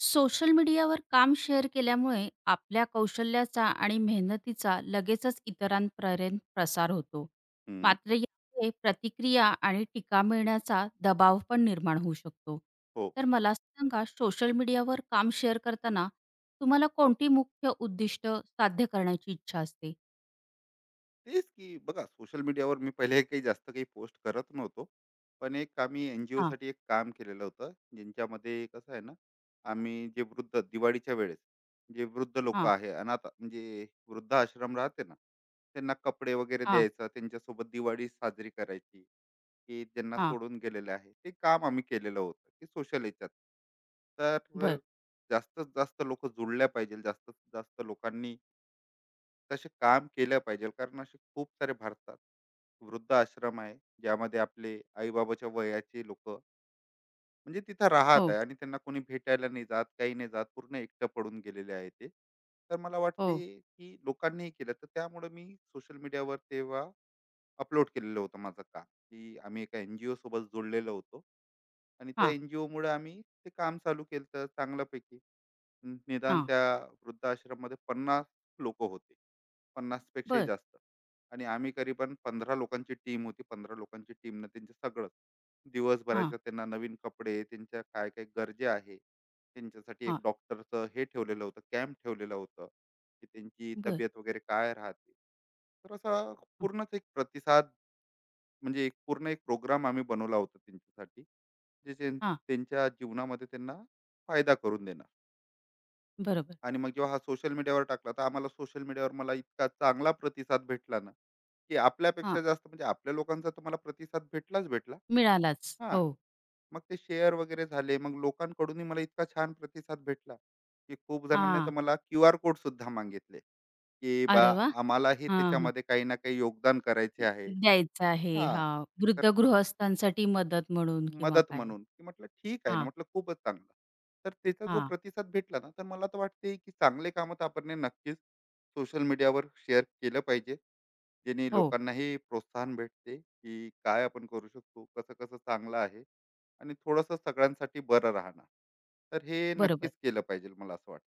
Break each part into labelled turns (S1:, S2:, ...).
S1: Social मीडियावर काम share केल्यामुळे आपल्या कौशल्याचा आणि मेहनतीचा लगेचच इतरांपर्यंत प्रसार होतो.
S2: हं,
S1: मात्र यामुळे प्रतिक्रिया आणि टीका मिळण्याचा दबाव पण निर्माण होऊ शकतो.
S2: हो.
S1: तर मला सांगा सोशल मीडियावर काम शेअर करताना तुम्हाला कोणती मुख्य उद्दिष्ट साध्य करण्याची इच्छा असते?
S2: तेच की बघा, सोशल मीडियावर मी पहिले काही जास्त काही पोस्ट करत नव्हतो. पण एक आम्ही
S1: हां,
S2: एन-जी-ओसाठी एक काम केलेलं होतं, ज्यांच्यामध्ये कसं आहे ना, आम्ही जे वृद्ध दिवाळीच्या वेळेस जे वृद्ध लोकं
S1: हां,
S2: आहे, अनाथ म्हणजे वृद्धाश्रम राहते ना, त्यांना कपडे वगैरे
S1: हां,
S2: द्यायचं, त्यांच्यासोबत दिवाळी साजरी करायची, की ज्यांना
S1: हां.
S2: सोडून गेलेले आहे. ते काम आम्ही केलेलं होतं, की सोशल ह्याच्यात. तर
S1: बरं.
S2: जास्तीत जास्त लोकं जुळल्या पाहिजे, जास्तीत जास्त लोकांनी तसे काम केलं पाहिजे, कारण असे खूप सारे भारतात वृद्ध आश्रम आहे, ज्यामध्ये आपले आईबाबाच्या वयाचे लोक म्हणजे तिथं राहत
S1: हो,
S2: आहे आणि त्यांना कोणी भेटायला नाही जात, काही नाही जात, पूर्ण एकटं पडून गेलेले आहे. ते तर मला
S1: हो.
S2: वाटते की लोकांनीही केलं तर, त्यामुळे मी सोशल मीडियावर तेव्हा अपलोड केलेलं होतं माझं काम, की आम्ही एका एन जी ओ सोबत जोडलेलो होतो आणि त्या
S1: हां,
S2: एन जी ओमुळे आम्ही ते काम चालू केलं चांगल्यापैकी. निदान
S1: हां.
S2: त्या वृद्धाश्रममध्ये पन्नास लोक होते, 50 पेक्षाही
S1: बरं.
S2: जास्त. आणि आम्ही करी पण 15 लोकांची टीम होती. 15 लोकांची टीमनं त्यांचं सगळंच
S1: हां,
S2: दिवसभराच्या त्यांना नवीन कपडे, त्यांच्या काय काय गरजा आहे, त्यांच्यासाठी एक
S1: हां.
S2: डॉक्टरचं हे ठेवलेलं होतं, कॅम्प ठेवलेलं होतं, की त्यांची
S1: बरं.
S2: तब्येत वगैरे काय राहते. तर असा पूर्णच एक प्रतिसाद, म्हणजे एक पूर्ण एक प्रोग्राम आम्ही बनवला होता त्यांच्यासाठी, जे
S1: हां.
S2: त्यांच्या जीवनामध्ये त्यांना फायदा करून देणार.
S1: बरोबर.
S2: आणि मग जेव्हा हा सोशल मीडियावर टाकला, तर आम्हाला सोशल मीडियावर मला इतका चांगला प्रतिसाद भेटला ना, की
S1: हां.
S2: आपल्यापेक्षा जास्त म्हणजे आपल्या लोकांचा तर मला प्रतिसाद भेटलाच भेटला.
S1: मिळालाच.
S2: हां,
S1: हो.
S2: मग ते शेअर वगैरे झाले, मग लोकांकडूनही मला इतका छान प्रतिसाद भेटला की खूप जणांनी तर
S1: हां.
S2: मला क्यू आर कोड सुद्धा मागितले, की बा
S1: अरे वा
S2: आम्हालाही
S1: हां, हां.
S2: त्याच्यामध्ये काही ना काही योगदान करायचे आहे.
S1: द्यायचं आहे.
S2: हां,
S1: हां, वृद्ध
S2: तर
S1: गृहस्थांसाठी मदत म्हणून किंवा
S2: मदत
S1: काय.
S2: म्हणून की म्हटलं ठीक आहे ना,
S1: हां,
S2: म्हटलं खूपच चांगलं. तर त्याचा जो
S1: हां.
S2: प्रतिसाद भेटला ना, तर मला तर वाटते की चांगले कामं तर आपण ने नक्कीच सोशल मीडियावर शेअर केलं पाहिजे, जेणे
S1: हो,
S2: लोकांनाही प्रोत्साहन भेटते की काय आपण करू शकतो, कसं कसं चांगलं आहे, आणि थोडंसं सगळ्यांसाठी बरं राहणार. तर हे
S1: बरोबर,
S2: नक्कीच केलं पाहिजे, मला असं वाटतं.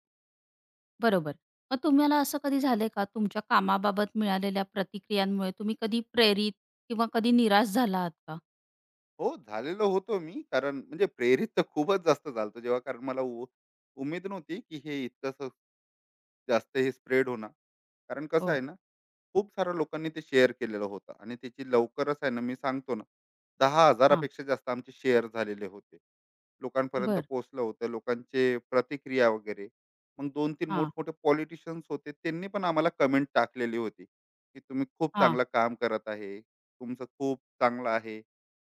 S1: बरोबर. मग तुम्हाला असं कधी झालंय का तुमच्या कामाबाबत मिळालेल्या प्रतिक्रियांमुळे तुम्ही कधी प्रेरित किंवा कधी निराश झाला आहात का?
S2: हो, झालेलो होतो मी, कारण म्हणजे प्रेरित तर खूपच जास्त झालतो जेव्हा, कारण मला उमेद नव्हती की हे इतकंसं जास्त हे स्प्रेड होणार. कारण कसं आहे
S1: हो,
S2: ना, खूप साऱ्या लोकांनी ते शेअर केलेलं होतं आणि त्याची लवकरच आहे ना, मी सांगतो ना, दहा
S1: हां,
S2: हजारापेक्षा जास्त आमचे शेअर झालेले होते. लोकांपर्यंत
S1: बरं.
S2: पोहोचलं होतं, लोकांचे प्रतिक्रिया वगैरे. मग दोन तीन
S1: हां,
S2: मोठमोठे पॉलिटिशियन्स होते, त्यांनी पण आम्हाला कमेंट टाकलेली होती की तुम्ही खूप
S1: हां,
S2: चांगलं काम करत आहे, तुमचं खूप चांगलं आहे.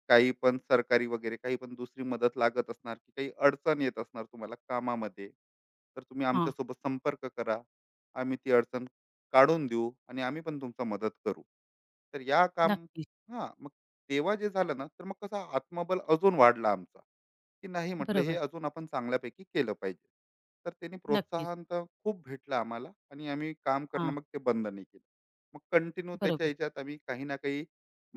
S2: काही पण सरकारी वगैरे, काही पण दुसरी मदत लागत असणार, की काही अडचण येत असणार तुम्हाला कामामध्ये, तर तुम्ही
S1: हां.
S2: आमच्यासोबत संपर्क करा. आम्ही ती अडचण काढून देऊ आणि आम्ही पण तुमचा मदत करू. तर या काम
S1: नक्कीच.
S2: हां, मग तेव्हा जे झालं ना, तर मग कसा आत्मबल अजून वाढला आमचा, की नाही म्हटलं हे
S1: बरोबर.
S2: अजून आपण चांगल्यापैकी केलं पाहिजे. तर त्यांनी
S1: नक्कीच.
S2: प्रोत्साहन तर खूप भेटलं आम्हाला आणि आम्ही काम करणं
S1: हां,
S2: मग ते बंद नाही केलं. मग कंटिन्यू त्याच्या
S1: बरोबर.
S2: ह्याच्यात आम्ही काही ना काही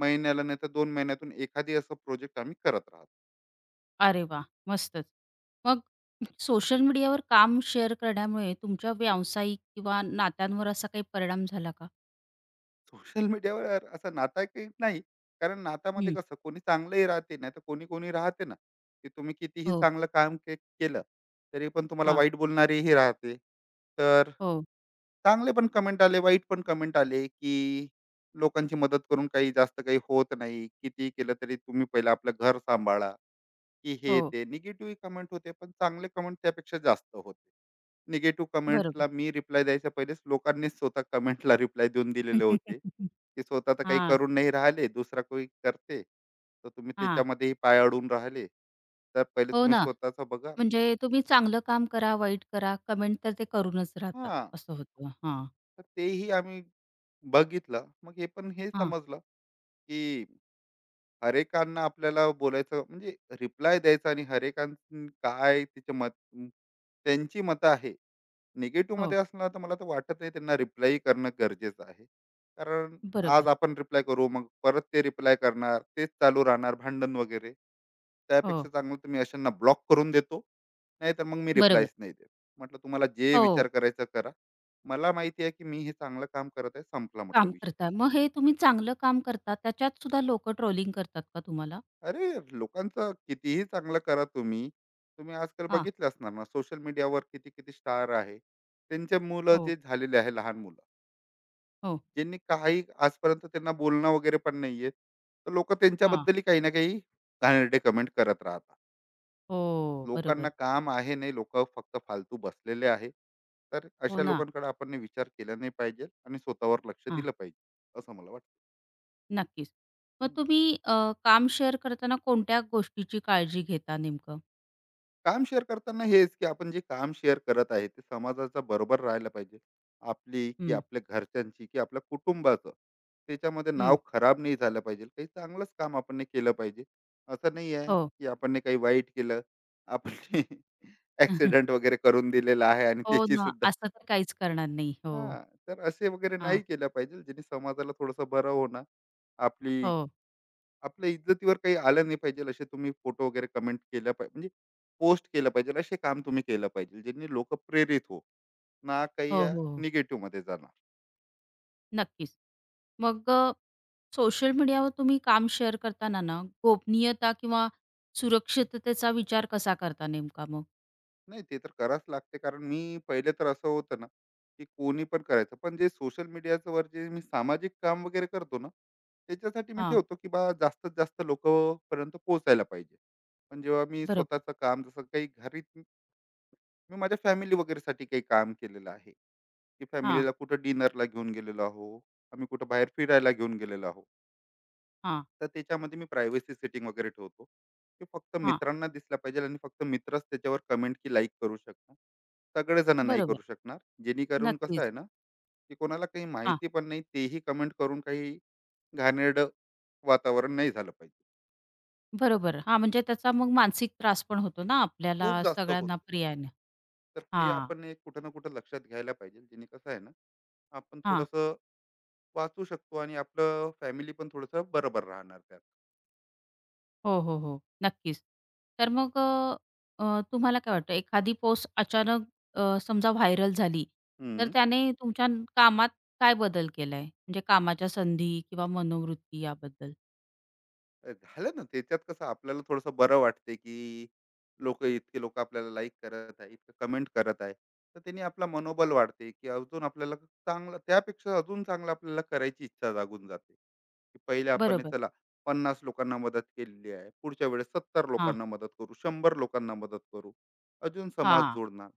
S2: महिन्याला नाही तर 2 महिन्यातून एखादी असं प्रोजेक्ट आम्ही करत राहतो.
S1: अरे वाह! मस्तच. मग सोशल मीडियावर काम शेअर करण्यामुळे तुमच्या व्यावसायिक किंवा नात्यांवर असा काही परिणाम झाला का?
S2: सोशल मीडियावर असा नाता काही नाही. कारण नात्यामध्ये
S1: हं.
S2: कसं कोणी चांगलंही राहते, नाहीतर कोणी कोणी राहते ना, की तुम्ही कितीही
S1: हो.
S2: चांगलं काम केलं, तरी पण तुम्हाला
S1: हां.
S2: वाईट बोलणारेही राहते. तर
S1: हो,
S2: चांगले पण कमेंट आले, वाईट पण कमेंट आले, की लोकांची मदत करून काही जास्त काही होत नाही. कितीही केलं तरी तुम्ही पहिलं आपलं घर सांभाळा, की हे
S1: हो.
S2: ते निगेटिव्ह कमेंट होते, पण चांगले कमेंट त्यापेक्षा जास्त होते. निगेटिव्ह
S1: बरोबर.
S2: कमेंट्सला मी रिप्लाय द्यायच्या पहिलेच लोकांनीच स्वतः कमेंटला रिप्लाय देऊन दिलेले होते, की स्वतः तर काही
S1: हां,
S2: करून नाही राहिले, दुसरा कोणी करते तर तुम्ही
S1: हां.
S2: त्याच्यामध्येही पाय अडून राहिले. तर पहिले
S1: हो
S2: तुम्ही
S1: ना.
S2: स्वतःच बघा.
S1: म्हणजे तुम्ही चांगलं काम करा, वाईट करा, कमेंट तर ते करूनच राहतात.
S2: हां,
S1: असं होतं. हां,
S2: तर तेही आम्ही बघितलं, मग हे पण हे
S1: हां.
S2: समजलं की हरेकांना आपल्याला बोलायचं म्हणजे रिप्लाय द्यायचा, आणि हरेकां काय त्याचे मत, त्यांची मतं आहे निगेटिव्ह
S1: हो.
S2: मध्ये असणार, तर मला तर वाटत नाही त्यांना रिप्लाय करणं गरजेचं आहे. कारण आज
S1: बरोबर.
S2: आपण रिप्लाय करू, मग परत ते रिप्लाय करणार, तेच चालू राहणार भांडण वगैरे.
S1: हो.
S2: त्यापेक्षा चांगलं तर मी अशांना ब्लॉक करून देतो, नाहीतर मग मी
S1: बरोबर.
S2: रिप्लायच नाही देत. म्हटलं तुम्हाला जे
S1: हो.
S2: विचार करायचा करा, मला माहिती आहे की मी हे चांगलं काम करत आहे, संपला म्हटलं
S1: काम
S2: विषय.
S1: करता. मग हे तुम्ही चांगलं काम करता, त्याच्यात सुद्धा लोकं ट्रोलिंग करतात का तुम्हाला?
S2: अरे, लोकांचं कितीही चांगलं करा तुम्ही, तुम्ही आजकाल
S1: हां.
S2: बघितलं असणार ना सोशल मीडियावर किती किती स्टार आहे, त्यांचे मुलं
S1: हो,
S2: जे झालेले आहे, लहान मुलं,
S1: हो.
S2: ज्यांनी काही आजपर्यंत त्यांना बोलणं वगैरे पण नाही येत. तर लोकं
S1: हां.
S2: त्यांच्याबद्दलही काही ना काही घाणेरडे कमेंट करत राहतात.
S1: हो.
S2: लोकांना
S1: बरोबर.
S2: काम आहे नाही, लोकं फक्त फालतू बसलेले आहे. तर
S1: हो
S2: अशा
S1: ना.
S2: लोकांकडे आपण ने विचार केला नाही पाहिजे आणि स्वतःवर लक्ष
S1: हां.
S2: दिलं पाहिजे, असं मला वाटतं.
S1: नक्कीच. मग
S2: हं.
S1: तुम्ही काम शेअर करताना कोणत्या गोष्टीची काळजी घेता नेमकं?
S2: काम शेअर करताना हेच, की आपण जे काम शेअर करत आहे ते समाजाचा बरोबर राहायला पाहिजे. आपली की
S1: हं,
S2: आपल्या घरच्यांची की आपल्या कुटुंबाचं त्याच्यामध्ये नाव
S1: हं.
S2: खराब नाही झालं पाहिजे, काही चांगलंच काम आपण ने केलं पाहिजे. असं नाही आहे
S1: हो.
S2: की आपण ने काही वाईट केलं, आपण ऍक्सिडेंट वगैरे करून दिलेला आहे आणि
S1: हो
S2: त्याची
S1: ना,
S2: सुद्धा.
S1: असं तर काहीच करणार नाही. हो.
S2: हा, तर असे वगैरे
S1: हां.
S2: नाही केलं पाहिजे जेणे समाजाला थोडंसं बरं होणार, आपली
S1: हो.
S2: आपल्या इज्जतीवर काही आलं नाही पाहिजे. असे तुम्ही फोटो वगैरे कमेंट केलं पाहिजे, म्हणजे पोस्ट केलं पाहिजे, असे काम तुम्ही केलं पाहिजे ज्यांनी लोक प्रेरित हो ना, काही
S1: हो, हो, हो.
S2: निगेटिव्ह मध्ये जाणार
S1: नक्कीच. मग सोशल मीडियावर तुम्ही काम शेअर करताना ना, गोपनीयता किंवा सुरक्षिततेचा विचार कसा करता नेमका मग?
S2: नाही. ते तर करावंच लागते, कारण मी पहिले तर असं होतं ना की कोणी पण करायचं, पण जे सोशल मीडियावर जे मी सामाजिक काम वगैरे करतो ना, त्याच्यासाठी मी
S1: हा,
S2: ठेवतो की बा जास्तीत जास्त लोक पर्यंत पोहोचायला पाहिजे. पण जेव्हा मी
S1: बरोबर.
S2: स्वतःचं काम जसं काही घरी, मी माझ्या फॅमिली वगैरेसाठी काही काम केलेलं आहे, की
S1: हा,
S2: फॅमिलीला कुठं डिनरला घेऊन गेलेलो आहो, आम्ही कुठं बाहेर फिरायला घेऊन गेलेलो आहो,
S1: हा,
S2: तर त्याच्यामध्ये मी प्रायव्हसी सेटिंग वगैरे ठेवतो की फक्त
S1: हां.
S2: मित्रांना दिसला पाहिजे आणि फक्त मित्रच त्याच्यावर कमेंट की लाईक करू शकणार, सगळेजण नाही
S1: बरोबर.
S2: करू शकणार. जेणेकरून कसं
S1: नक्कीच.
S2: आहे ना, की कोणाला काही
S1: हां.
S2: माहिती पण नाही, तेही कमेंट करून काही घाणेरडं वातावरण नाही झालं पाहिजे.
S1: बरोबर. हां, म्हणजे त्याचा मग मानसिक त्रास पण होतो ना आपल्याला
S2: खूप जास्त होत,
S1: सगळ्यांना पर्यायाने.
S2: तर ते
S1: हां,
S2: आपण एक कुठं ना कुठं लक्षात घ्यायला पाहिजे, जेणे कसं आहे ना, आपण
S1: हां.
S2: थोडंसं वाचू शकतो आणि आपलं फॅमिली पण थोडंसं बरोबर राहणार त्यात.
S1: हो, हो, हो. नक्कीच. तर मग अ, अ, तुम्हाला काय वाटतं एखादी पोस्ट अचानक समजा व्हायरल झाली, तर
S2: हम्म.
S1: त्याने तुमच्या कामात काय बदल केलाय? म्हणजे कामाच्या संधी किंवा मनोवृत्ती याबद्दल?
S2: अ, झालं ना त्याच्यात, कसं आपल्याला थोडंसं बरं वाटते की लोक इतके लोक आपल्याला लाईक करत आहे, इतकं कमेंट करत आहे, तर त्यांनी आपला मनोबल वाढते की अजून आपल्याला चांगलं, त्यापेक्षा अजून चांगलं आपल्याला करायची इच्छा जागून जाते, की पहिले आपण हे
S1: बरोबर.
S2: चला 50 लोकांना मदत केलेली आहे, पुढच्या वेळेस 70
S1: हां,
S2: लोकांना मदत करू, 100 लोकांना मदत करू, अजून समाज
S1: हां.
S2: जोडणार,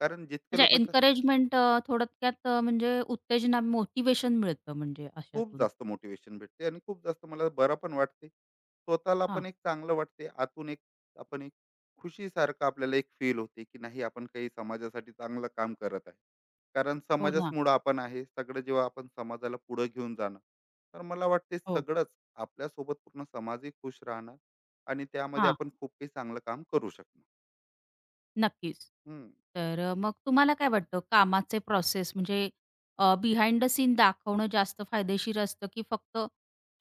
S2: कारण जितके
S1: म्हणजे
S2: लोक.
S1: एन्करेजमेंट थोडक्यात म्हणजे उत्तेजना, मोटिव्हेशन मिळतं म्हणजे
S2: खूप
S1: अशातून.
S2: जास्त मोटिवेशन भेटते आणि खूप जास्त मला बरं पण वाटते. स्वतःला
S1: हां.
S2: पण एक चांगलं वाटते. आतून एक आपण एक खुशीसारखं आपल्याला एक फील होते, की नाही आपण काही समाजासाठी चांगलं काम करत आहे. कारण
S1: हो ना.
S2: समाजाचमुळं आपण आहे. सगळं जेव्हा आपण समाजाला पुढं घेऊन जाणं, तर मला वाटते
S1: हो.
S2: सगळंच आपल्यासोबत पूर्ण समाजही खुश राहणार आणि त्यामध्ये आपण खूप काही चांगलं काम करू शकणार.
S1: नक्कीच.
S2: हं.
S1: तर मग तुम्हाला काय वाटतं कामाचे प्रोसेस म्हणजे बिहाइंड द सीन दाखवणं जास्त फायदेशीर असतं की फक्त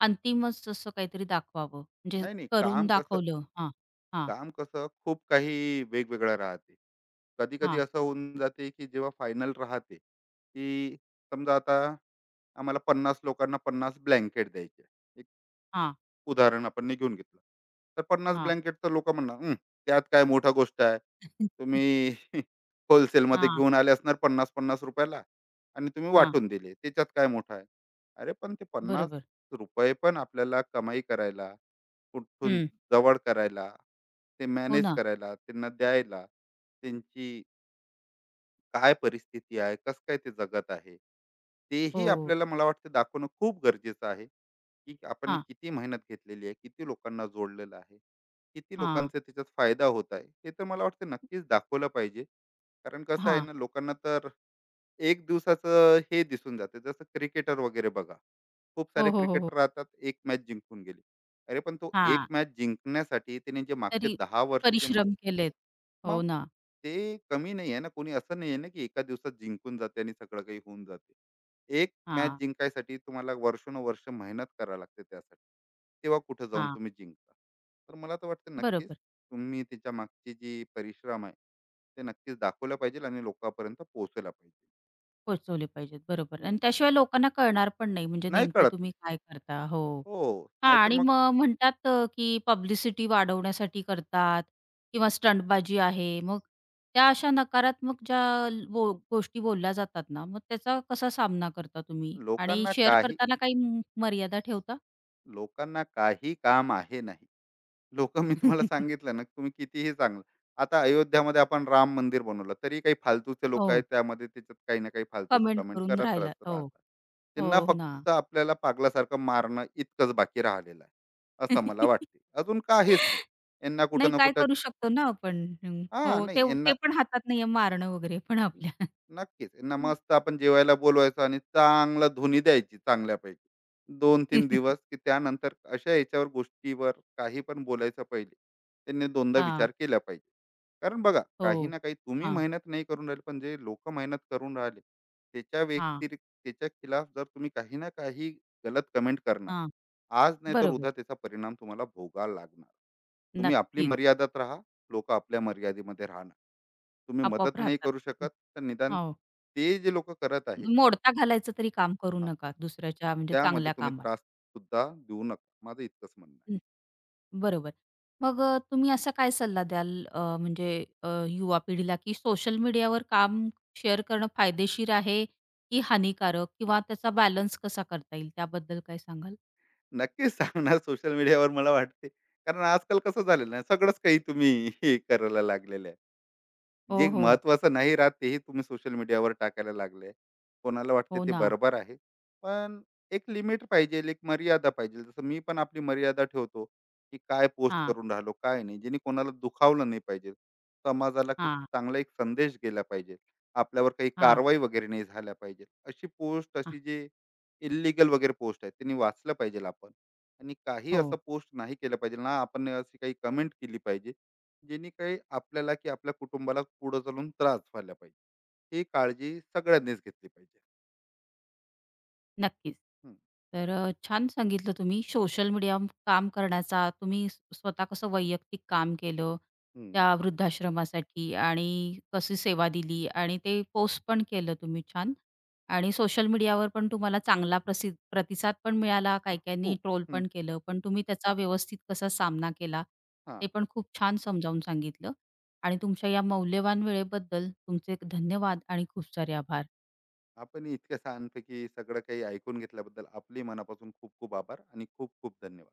S1: अंतिमच असं काहीतरी दाखवावं? म्हणजे
S2: नाही, नाही.
S1: करून दाखवलं. हां, हां,
S2: काम कसं खूप काही वेगवेगळं राहते. कधी कधी
S1: हां,
S2: असं होऊन जाते की जेव्हा फायनल राहते, की समजा आता आम्हाला 50 लोकांना 50 ब्लँकेट द्यायचे,
S1: हां,
S2: उदाहरण आपण ने घेऊन घेतलं. तर 50
S1: हां,
S2: ब्लँकेट तर लोकं म्हणणार, "हं, त्यात काय मोठा गोष्ट आहे. तुम्ही होलसेलमध्ये
S1: हां,
S2: घेऊन आले असणार ₹50-50 ला आणि तुम्ही
S1: हां.
S2: वाटून दिले. त्याच्यात काय मोठं आहे?" अरे, पण ते ₹50
S1: बरोबर.
S2: पण आपल्याला कमाई करायला, कुठून
S1: हं.
S2: जवळ करायला, ते
S1: हो
S2: मॅनेज
S1: ना.
S2: करायला, त्यांना द्यायला, त्यांची काय परिस्थिती आहे, कसं काय ते जगत आहे, तेही
S1: हो.
S2: आपल्याला मला वाटतं दाखवणं खूप गरजेचं आहे, की आपण
S1: हां,
S2: किती मेहनत घेतलेली आहे, किती लोकांना जोडलेलं आहे, किती
S1: हां,
S2: लोकांचा त्याच्यात फायदा होत आहे, हे तर मला वाटतं नक्कीच दाखवलं पाहिजे. कारण कसं आहे
S1: हां.
S2: ना, लोकांना तर एक दिवसाचं हे दिसून जाते. जसं क्रिकेटर वगैरे बघा, खूप
S1: हो,
S2: सारे
S1: हो, हो, हो.
S2: क्रिकेटर राहतात, एक मॅच जिंकून गेले. अरे पण तो एक
S1: हां.
S2: मॅच जिंकण्यासाठी त्याने जे मागचे
S1: तरी
S2: 10 वर्ष जे,
S1: परिश्रम केलेत.
S2: मग
S1: हो ना.
S2: ते कमी नाही आहे ना. कोणी असं नाही आहे ना की एका दिवसात जिंकून जाते आणि सगळं काही होऊन जाते. एक मॅच
S1: हां,
S2: जिंकायसाठी तुम्हाला वर्षानुवर्ष मेहनत करावी लागते त्यासाठी, तेव्हा कुठं जाऊन
S1: हां.
S2: तुम्ही जिंकता. तर मला तर वाटतं नक्कीच
S1: बरोबर.
S2: तुम्ही त्याच्या मागची जी परिश्रम आहे ते नक्कीच दाखवलं पाहिजे आणि लोकांपर्यंत पोहोचवला पाहिजे.
S1: पोहोचवले पाहिजेत, बरोबर.
S2: हम्म.
S1: आणि त्याशिवाय लोकांना कळणार पण नाही, म्हणजे
S2: नाही
S1: नेमकं
S2: कळत.
S1: तुम्ही काय करता. हो.
S2: हो.
S1: हां
S2: नाहीतर
S1: आणि
S2: मग
S1: मग म्हणतात की पब्लिसिटी वाढवण्यासाठी करतात किंवा स्टंटबाजी आहे. मग त्या अशा नकारात्मक ज्या ल- बो गोष्टी बोलल्या जातात ना, मग त्याचा कसा सामना करता तुम्ही? आणि
S2: लोकांना
S1: शेअर
S2: काही
S1: करताना काही मर्यादा ठेवता?
S2: लोकांना काही काम आहे नाही. लोक, मी तुम्हाला सांगितलं ना, तुम्ही कितीही चांगलं, आता अयोध्यामध्ये आपण राम मंदिर बनवलं तरी काही फालतूचे लोक आहेत
S1: हो,
S2: त्यामध्ये त्याच्यात काही ना काही फालतूचं
S1: कमेंट
S2: कमेंट
S1: करून
S2: करत
S1: राहिला.
S2: राहत-
S1: हो,
S2: राहतात त्यांना
S1: हो हो ना.
S2: फक्त आपल्याला पागलासारखं मारणं इतकंच बाकी राहिलेलं आहे, असं मला वाटते, अजून काहीच नाही. यांना कुठं
S1: नाही
S2: ना
S1: काय
S2: कुठं
S1: करू शकतो ना आपण. हं.
S2: हा
S1: हो, ते
S2: नाही, यांना
S1: ते पण हातात नाहीये मारणं वगैरे पण आपल्या.
S2: नक्कीच. यांना मस्त आपण जेवायला बोलवायचं आणि चांगला धुनी द्यायची चांगल्यापैकी. 2-3 दिवस, की त्यानंतर अशा याच्यावर गोष्टीवर काही पण बोलायचं पहिले, त्यांनी 2दा
S1: हां.
S2: विचार केला पाहिजे. कारण बघा,
S1: हो.
S2: काही ना काही तुम्ही
S1: हां,
S2: मेहनत नाही करून राहिले, पण जे लोकं मेहनत करून राहिले, त्याच्या
S1: हां,
S2: व्यतिरिक्त त्याच्या खिलाफ जर तुम्ही काही ना काही गलत कमेंट करणार,
S1: हां.
S2: आज नाही तर
S1: बरोबर.
S2: उद्या त्याचा परिणाम तुम्हाला भोगावा लागणार. तुम्ही आपली
S1: नक्कीच.
S2: मर्यादेत राहा, लोकं आपल्या मर्यादेमध्ये राहणार. तुम्ही
S1: आपोआप
S2: मदत नाही
S1: राहतात.
S2: करू
S1: हं,
S2: शकत, तर निदान
S1: हो.
S2: ते जे लोक करत आहे,
S1: मोडता घालायचं तरी काम करू
S2: हा,
S1: नका दुसऱ्याच्या म्हणजे
S2: त्यामध्ये
S1: चांगल्या
S2: तुम्ही
S1: कामात.
S2: त्रास सुद्धा देऊ नका, माझं इतकंच म्हणणं
S1: हं, बरोबर. मग तुम्ही असा काय सल्ला द्याल म्हणजे युवा पिढीला की सोशल मीडियावर काम शेअर करणं फायदेशीर आहे की हानिकारक? किंवा त्याचा बॅलन्स कसा करता येईल त्याबद्दल काय सांगाल?
S2: आहे. नक्कीच सांगणार सोशल मीडियावर, मला वाटते, कारण आजकाल कसं झालेलं आहे, सगळंच काही तुम्ही हे करायला लागलेलं आहे,
S1: हो,
S2: जे
S1: हो.
S2: महत्वाचं नाही राहत तेही तुम्ही सोशल मीडियावर टाकायला लागले. कोणाला वाटते
S1: हो
S2: ते
S1: ना.
S2: बरोबर आहे. पण एक लिमिट पाहिजे, एक मर्यादा पाहिजे. जसं मी पण आपली मर्यादा ठेवतो, की काय पोस्ट
S1: हां,
S2: करून राहिलो, काय नाही. जेणे कोणाला दुखावलं नाही पाहिजे. समाजाला क
S1: हां,
S2: चांगला एक संदेश गेला पाहिजे. आपल्यावर काही
S1: हां,
S2: कारवाई वगैरे नाही झाल्या पाहिजे. अशी पोस्ट,
S1: हां.
S2: अशी जे इल्लीगल वगैरे पोस्ट आहे, त्यांनी वाचलं पाहिजे आपण. आणि काही
S1: हो.
S2: असं पोस्ट नाही केलं पाहिजे ना आपण, अशी काही कमेंट केली पाहिजे, जेणे काही आपल्याला की आपल्या कुटुंबाला पुढे चालून त्रास व्हायला पाहिजे. ही काळजी सगळ्यांनीच घेतली पाहिजे.
S1: नक्कीच.
S2: हम्म,
S1: तर छान सांगितलं तुम्ही सोशल मीडिया काम करण्याचा तुम्ही स्वतः कसं वैयक्तिक काम केलं,
S2: हम्म,
S1: त्या वृद्धाश्रमासाठी आणि कशी सेवा दिली आणि ते पोस्ट पण केलं तुम्ही छान आणि सोशल मीडियावर पण तुम्हाला चांगला प्रतिसाद पण मिळाला. काही-काहींनी
S2: खूप
S1: ट्रोल
S2: हम्म,
S1: पण केलं. पण तुम्ही त्याचा व्यवस्थित कसा सामना केला,
S2: हा.
S1: ते पण खूप छान समजावून सांगितलं आणि तुमच्या या मौल्यवान वेळेबद्दल तुमचे धन्यवाद आणि खूप सारे आभार.
S2: आपण इतक्या छानपैकी सगळं काही ऐकून घेतल्याबद्दल आपली मनापासून खूप खूप आभार आणि खूप खूप धन्यवाद.